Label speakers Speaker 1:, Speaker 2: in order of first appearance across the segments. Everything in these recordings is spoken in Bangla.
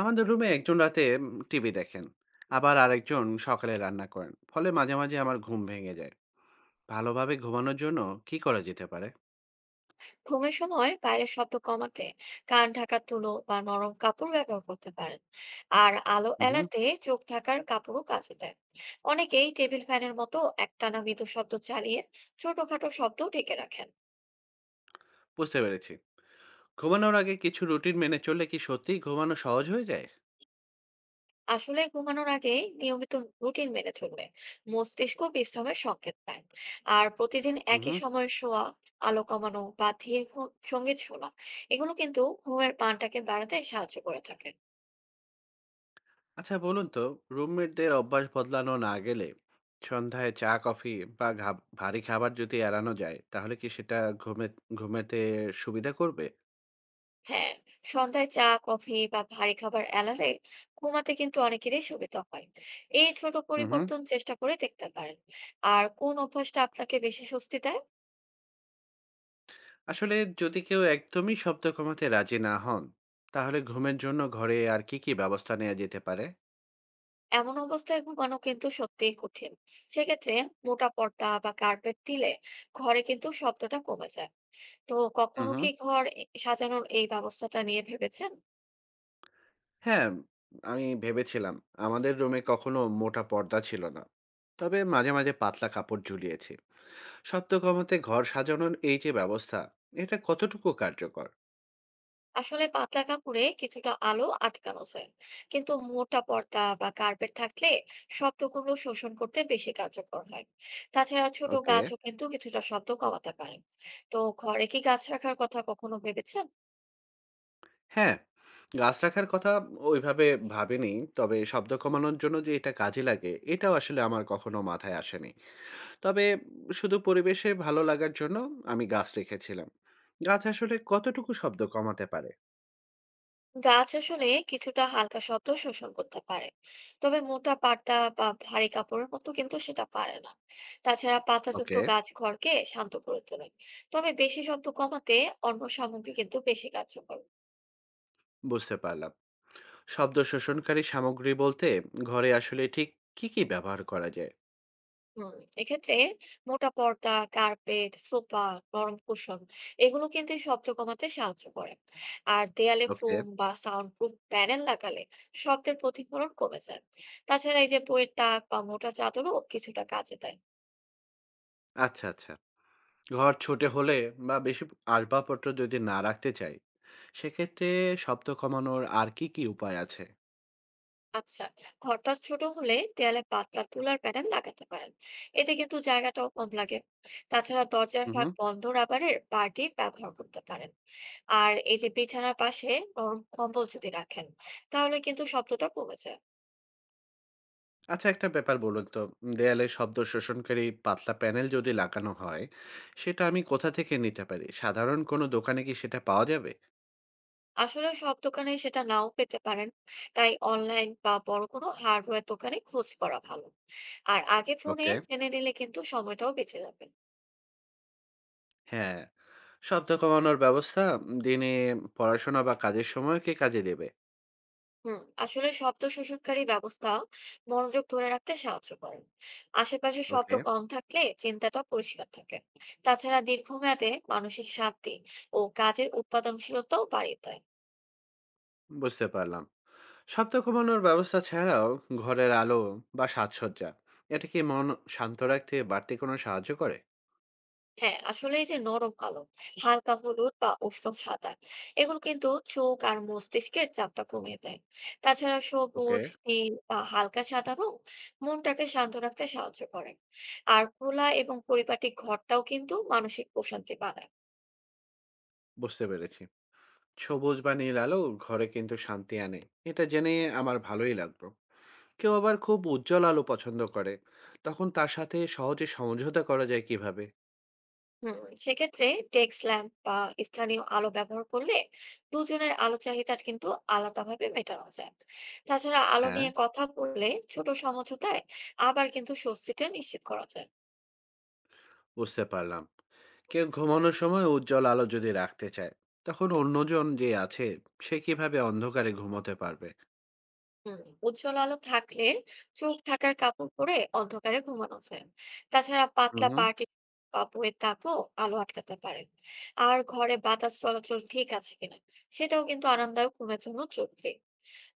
Speaker 1: আমাদের রুমে একজন রাতে টিভি দেখেন। আবার আরেকজন সকালে রান্না করেন, ফলে মাঝে মাঝে আমার ঘুম ভেঙে যায়। ভালোভাবে ঘুমানোর জন্য কি করা যেতে পারে?
Speaker 2: ঘুমের সময় বাইরের শব্দ কমাতে কান ঢাকা তুলো বা নরম কাপড় ব্যবহার করতে পারেন। আর আলো
Speaker 1: হুম।
Speaker 2: এড়াতে চোখ ঢাকার কাপড়ও কাজে দেয়। অনেকেই টেবিল ফ্যানের মতো একটানা মৃদু শব্দ চালিয়ে ছোটখাটো শব্দ ঢেকে রাখেন।
Speaker 1: বুঝতে পেরেছি। ঘুমানোর আগে কিছু রুটিন মেনে চললে কি সত্যিই ঘুমানো সহজ হয়ে যায়?
Speaker 2: আসলে ঘুমানোর আগে নিয়মিত রুটিন মেনে চললে মস্তিষ্ক বিশ্রামের সংকেত পায়। আর প্রতিদিন একই
Speaker 1: হুম।
Speaker 2: সময়ে শোয়া, আলো কমানো বা ধীর সঙ্গীত শোনা, এগুলো কিন্তু ঘুমের মানটাকে বাড়াতে সাহায্য করে থাকে।
Speaker 1: আচ্ছা, বলুন তো, রুমমেটদের অভ্যাস বদলানো না গেলে সন্ধ্যায় চা কফি বা ভারী খাবার যদি এড়ানো যায় তাহলে কি সেটা ঘুমে ঘুমেতে সুবিধা করবে?
Speaker 2: হ্যাঁ, সন্ধ্যায় চা কফি বা ভারী খাবার এড়ালে ঘুমাতে কিন্তু অনেকেরই সুবিধা হয়। এই ছোট
Speaker 1: হুম।
Speaker 2: পরিবর্তন চেষ্টা করে দেখতে পারেন। আর কোন অভ্যাসটা আপনাকে বেশি স্বস্তি দেয়?
Speaker 1: আসলে যদি কেউ একদমই শব্দ কমাতে রাজি না হন তাহলে ঘুমের জন্য ঘরে আর কি কি ব্যবস্থা নেওয়া যেতে পারে?
Speaker 2: এমন অবস্থায় ঘুমানো কিন্তু সত্যিই কঠিন। সেক্ষেত্রে মোটা পর্দা বা কার্পেট দিলে ঘরে কিন্তু শব্দটা কমে যায়। তো
Speaker 1: হুম
Speaker 2: কখনো
Speaker 1: হুম,
Speaker 2: কি ঘর সাজানোর এই ব্যবস্থাটা নিয়ে ভেবেছেন?
Speaker 1: হ্যাঁ, আমি ভেবেছিলাম আমাদের রুমে কখনো মোটা পর্দা ছিল না। তবে মাঝে মাঝে পাতলা কাপড় ঝুলিয়েছি। শব্দ কমাতে ঘর সাজানোর এই যে ব্যবস্থা, এটা কতটুকু কার্যকর?
Speaker 2: আসলে পাতলা কাপড়ে কিছুটা আলো আটকানো যায়, কিন্তু মোটা পর্দা বা কার্পেট থাকলে শব্দগুলো শোষণ করতে বেশি কার্যকর হয়। তাছাড়া ছোট
Speaker 1: ওকে।
Speaker 2: গাছও কিন্তু কিছুটা শব্দ কমাতে পারে। তো ঘরে কি গাছ রাখার কথা কখনো ভেবেছেন?
Speaker 1: হ্যাঁ, গাছ রাখার কথা ওইভাবে ভাবিনি। তবে শব্দ কমানোর জন্য যে এটা কাজে লাগে এটাও আসলে আমার কখনো মাথায় আসেনি। তবে শুধু পরিবেশে ভালো লাগার জন্য আমি গাছ রেখেছিলাম। গাছ আসলে কতটুকু শব্দ কমাতে পারে?
Speaker 2: গাছ আসলে কিছুটা হালকা শব্দ শোষণ করতে পারে, তবে মোটা পাতা বা ভারী কাপড়ের মতো কিন্তু সেটা পারে না। তাছাড়া পাতাযুক্ত
Speaker 1: ওকে।
Speaker 2: গাছ ঘরকে শান্ত করে তোলে। তবে বেশি শব্দ কমাতে অন্য সামগ্রী কিন্তু বেশি কার্যকর।
Speaker 1: বুঝতে পারলাম। শব্দ শোষণকারী সামগ্রী বলতে ঘরে আসলে ঠিক কি কি ব্যবহার করা যায়?
Speaker 2: হুম, এক্ষেত্রে মোটা পর্দা, কার্পেট, সোফা, নরম কুশন, এগুলো কিন্তু এই শব্দ কমাতে সাহায্য করে। আর দেয়ালে
Speaker 1: ওকে।
Speaker 2: ফোম বা সাউন্ড প্রুফ প্যানেল লাগালে শব্দের প্রতিফলন কমে যায়। তাছাড়া এই যে বইয়ের তাক বা মোটা চাদরও কিছুটা কাজে দেয়।
Speaker 1: আচ্ছা আচ্ছা, ঘর ছোট হলে বা বেশি আসবাবপত্র যদি না রাখতে চাই সেক্ষেত্রে শব্দ কমানোর আর কি কি উপায় আছে?
Speaker 2: আচ্ছা, ঘরটা ছোট হলে দেয়ালে পাতলা তুলার প্যানেল লাগাতে পারেন। এতে কিন্তু জায়গাটাও কম লাগে। তাছাড়া দরজার ফাঁক
Speaker 1: হুম।
Speaker 2: বন্ধ রাবারের পার্টি ব্যবহার করতে পারেন। আর এই যে বিছানার পাশে নরম কম্বল যদি রাখেন, তাহলে কিন্তু শব্দটা কমে যায়।
Speaker 1: আচ্ছা একটা ব্যাপার বলুন তো, দেয়ালে শব্দ শোষণকারী পাতলা প্যানেল যদি লাগানো হয়, সেটা আমি কোথা থেকে নিতে পারি? সাধারণ কোনো দোকানে কি সেটা পাওয়া যাবে?
Speaker 2: আসলে সব দোকানে সেটা নাও পেতে পারেন, তাই অনলাইন বা বড় কোনো হার্ডওয়্যার দোকানে খোঁজ করা ভালো। আর আগে ফোনে
Speaker 1: ওকে।
Speaker 2: জেনে নিলে কিন্তু সময়টাও বেঁচে যাবে।
Speaker 1: হ্যাঁ, শব্দ কমানোর ব্যবস্থা দিনে পড়াশোনা বা কাজের সময় কি কাজে দেবে?
Speaker 2: হুম, আসলে শব্দ শোষণকারী ব্যবস্থা মনোযোগ ধরে রাখতে সাহায্য করে। আশেপাশে শব্দ
Speaker 1: ওকে,
Speaker 2: কম থাকলে চিন্তাটা পরিষ্কার থাকে। তাছাড়া দীর্ঘমেয়াদে মানসিক শান্তি ও কাজের উৎপাদনশীলতাও বাড়িয়ে দেয়।
Speaker 1: বুঝতে পারলাম। শব্দ কমানোর ব্যবস্থা ছাড়াও ঘরের আলো বা সাজসজ্জা, এটা কি মন শান্ত রাখতে বাড়তি কোনো সাহায্য করে?
Speaker 2: হ্যাঁ, আসলে এই যে নরম আলো, হালকা হলুদ বা উষ্ণ সাদা, এগুলো কিন্তু চোখ আর মস্তিষ্কের চাপটা কমিয়ে দেয়। তাছাড়া
Speaker 1: ওকে,
Speaker 2: সবুজ, নীল বা হালকা সাদা রং মনটাকে শান্ত রাখতে সাহায্য করে। আর খোলা এবং পরিপাটি ঘরটাও কিন্তু মানসিক প্রশান্তি বাড়ায়।
Speaker 1: বুঝতে পেরেছি। সবুজ বা নীল আলো ঘরে কিন্তু শান্তি আনে, এটা জেনে আমার ভালোই লাগলো। কেউ আবার খুব উজ্জ্বল আলো পছন্দ করে, তখন তার সাথে সহজে সমঝোতা করা যায় কিভাবে?
Speaker 2: হুম, সেক্ষেত্রে ডেস্ক ল্যাম্প বা স্থানীয় আলো ব্যবহার করলে দুজনের আলো চাহিদা কিন্তু আলাদাভাবে মেটানো যায়। তাছাড়া আলো
Speaker 1: হ্যাঁ।
Speaker 2: নিয়ে কথা বললে ছোট সমঝোতায় আবার কিন্তু স্বস্তিটা নিশ্চিত করা যায়।
Speaker 1: বুঝতে পারলাম। কেউ ঘুমানোর সময় উজ্জ্বল আলো যদি রাখতে চায় তখন অন্যজন যে আছে সে কিভাবে অন্ধকারে ঘুমোতে পারবে?
Speaker 2: হুম, উজ্জ্বল আলো থাকলে চোখ ঢাকার কাপড় পরে অন্ধকারে ঘুমানো যায়। তাছাড়া
Speaker 1: হুম
Speaker 2: পাতলা
Speaker 1: হুম।
Speaker 2: পাটি বা বইয়ের তাপও আলো আটকাতে পারে। আর ঘরে বাতাস চলাচল ঠিক আছে কিনা সেটাও কিন্তু আরামদায়ক ঘুমের জন্য জরুরি।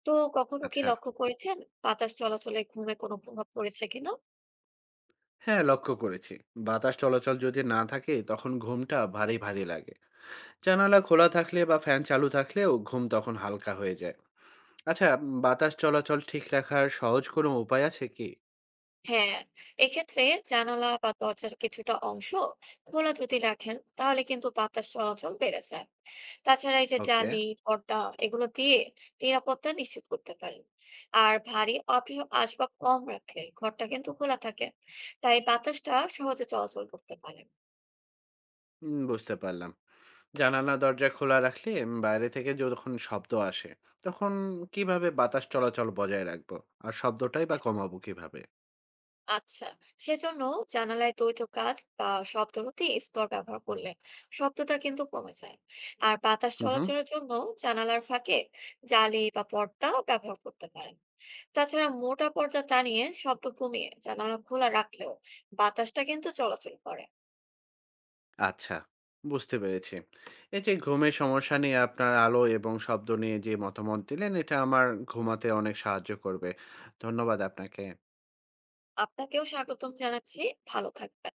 Speaker 2: তো কখনো কি
Speaker 1: আচ্ছা।
Speaker 2: লক্ষ্য করেছেন বাতাস চলাচলে ঘুমে কোনো প্রভাব পড়েছে কিনা?
Speaker 1: হ্যাঁ, লক্ষ্য করেছি। বাতাস চলাচল যদি না থাকে তখন ঘুমটা ভারী ভারী লাগে। জানালা খোলা থাকলে বা ফ্যান চালু থাকলেও ঘুম তখন হালকা হয়ে যায়। আচ্ছা, বাতাস চলাচল ঠিক রাখার সহজ কোনো উপায় আছে কি?
Speaker 2: হ্যাঁ, এক্ষেত্রে জানালা বা দরজার কিছুটা অংশ খোলা যদি রাখেন তাহলে কিন্তু বাতাস চলাচল বেড়ে যায়। তাছাড়া এই যে
Speaker 1: ওকে।
Speaker 2: জালি, পর্দা, এগুলো দিয়ে নিরাপত্তা নিশ্চিত করতে পারেন। আর ভারী অপ্রিয় আসবাব কম রাখলে ঘরটা কিন্তু খোলা থাকে, তাই বাতাসটা সহজে চলাচল করতে পারে।
Speaker 1: বুঝতে পারলাম। জানালা দরজা খোলা রাখলে বাইরে থেকে যখন শব্দ আসে, তখন কিভাবে বাতাস চলাচল বজায় রাখবো? আর শব্দটাই বা কমাবো কিভাবে?
Speaker 2: আচ্ছা, সেজন্য জানালায় দ্বৈত কাচ বা শব্দরোধী স্তর ব্যবহার করলে শব্দটা কিন্তু কমে যায়। আর বাতাস
Speaker 1: হুম, হুম।
Speaker 2: চলাচলের জন্য জানালার ফাঁকে জালি বা পর্দা ব্যবহার করতে পারেন। তাছাড়া মোটা পর্দা টানিয়ে শব্দ কমিয়ে জানালা খোলা রাখলেও বাতাসটা কিন্তু চলাচল করে।
Speaker 1: আচ্ছা, বুঝতে পেরেছি। এই যে ঘুমের সমস্যা নিয়ে আপনার আলো এবং শব্দ নিয়ে যে মতামত দিলেন, এটা আমার ঘুমাতে অনেক সাহায্য করবে। ধন্যবাদ আপনাকে।
Speaker 2: আপনাকেও স্বাগতম জানাচ্ছি। ভালো থাকবেন।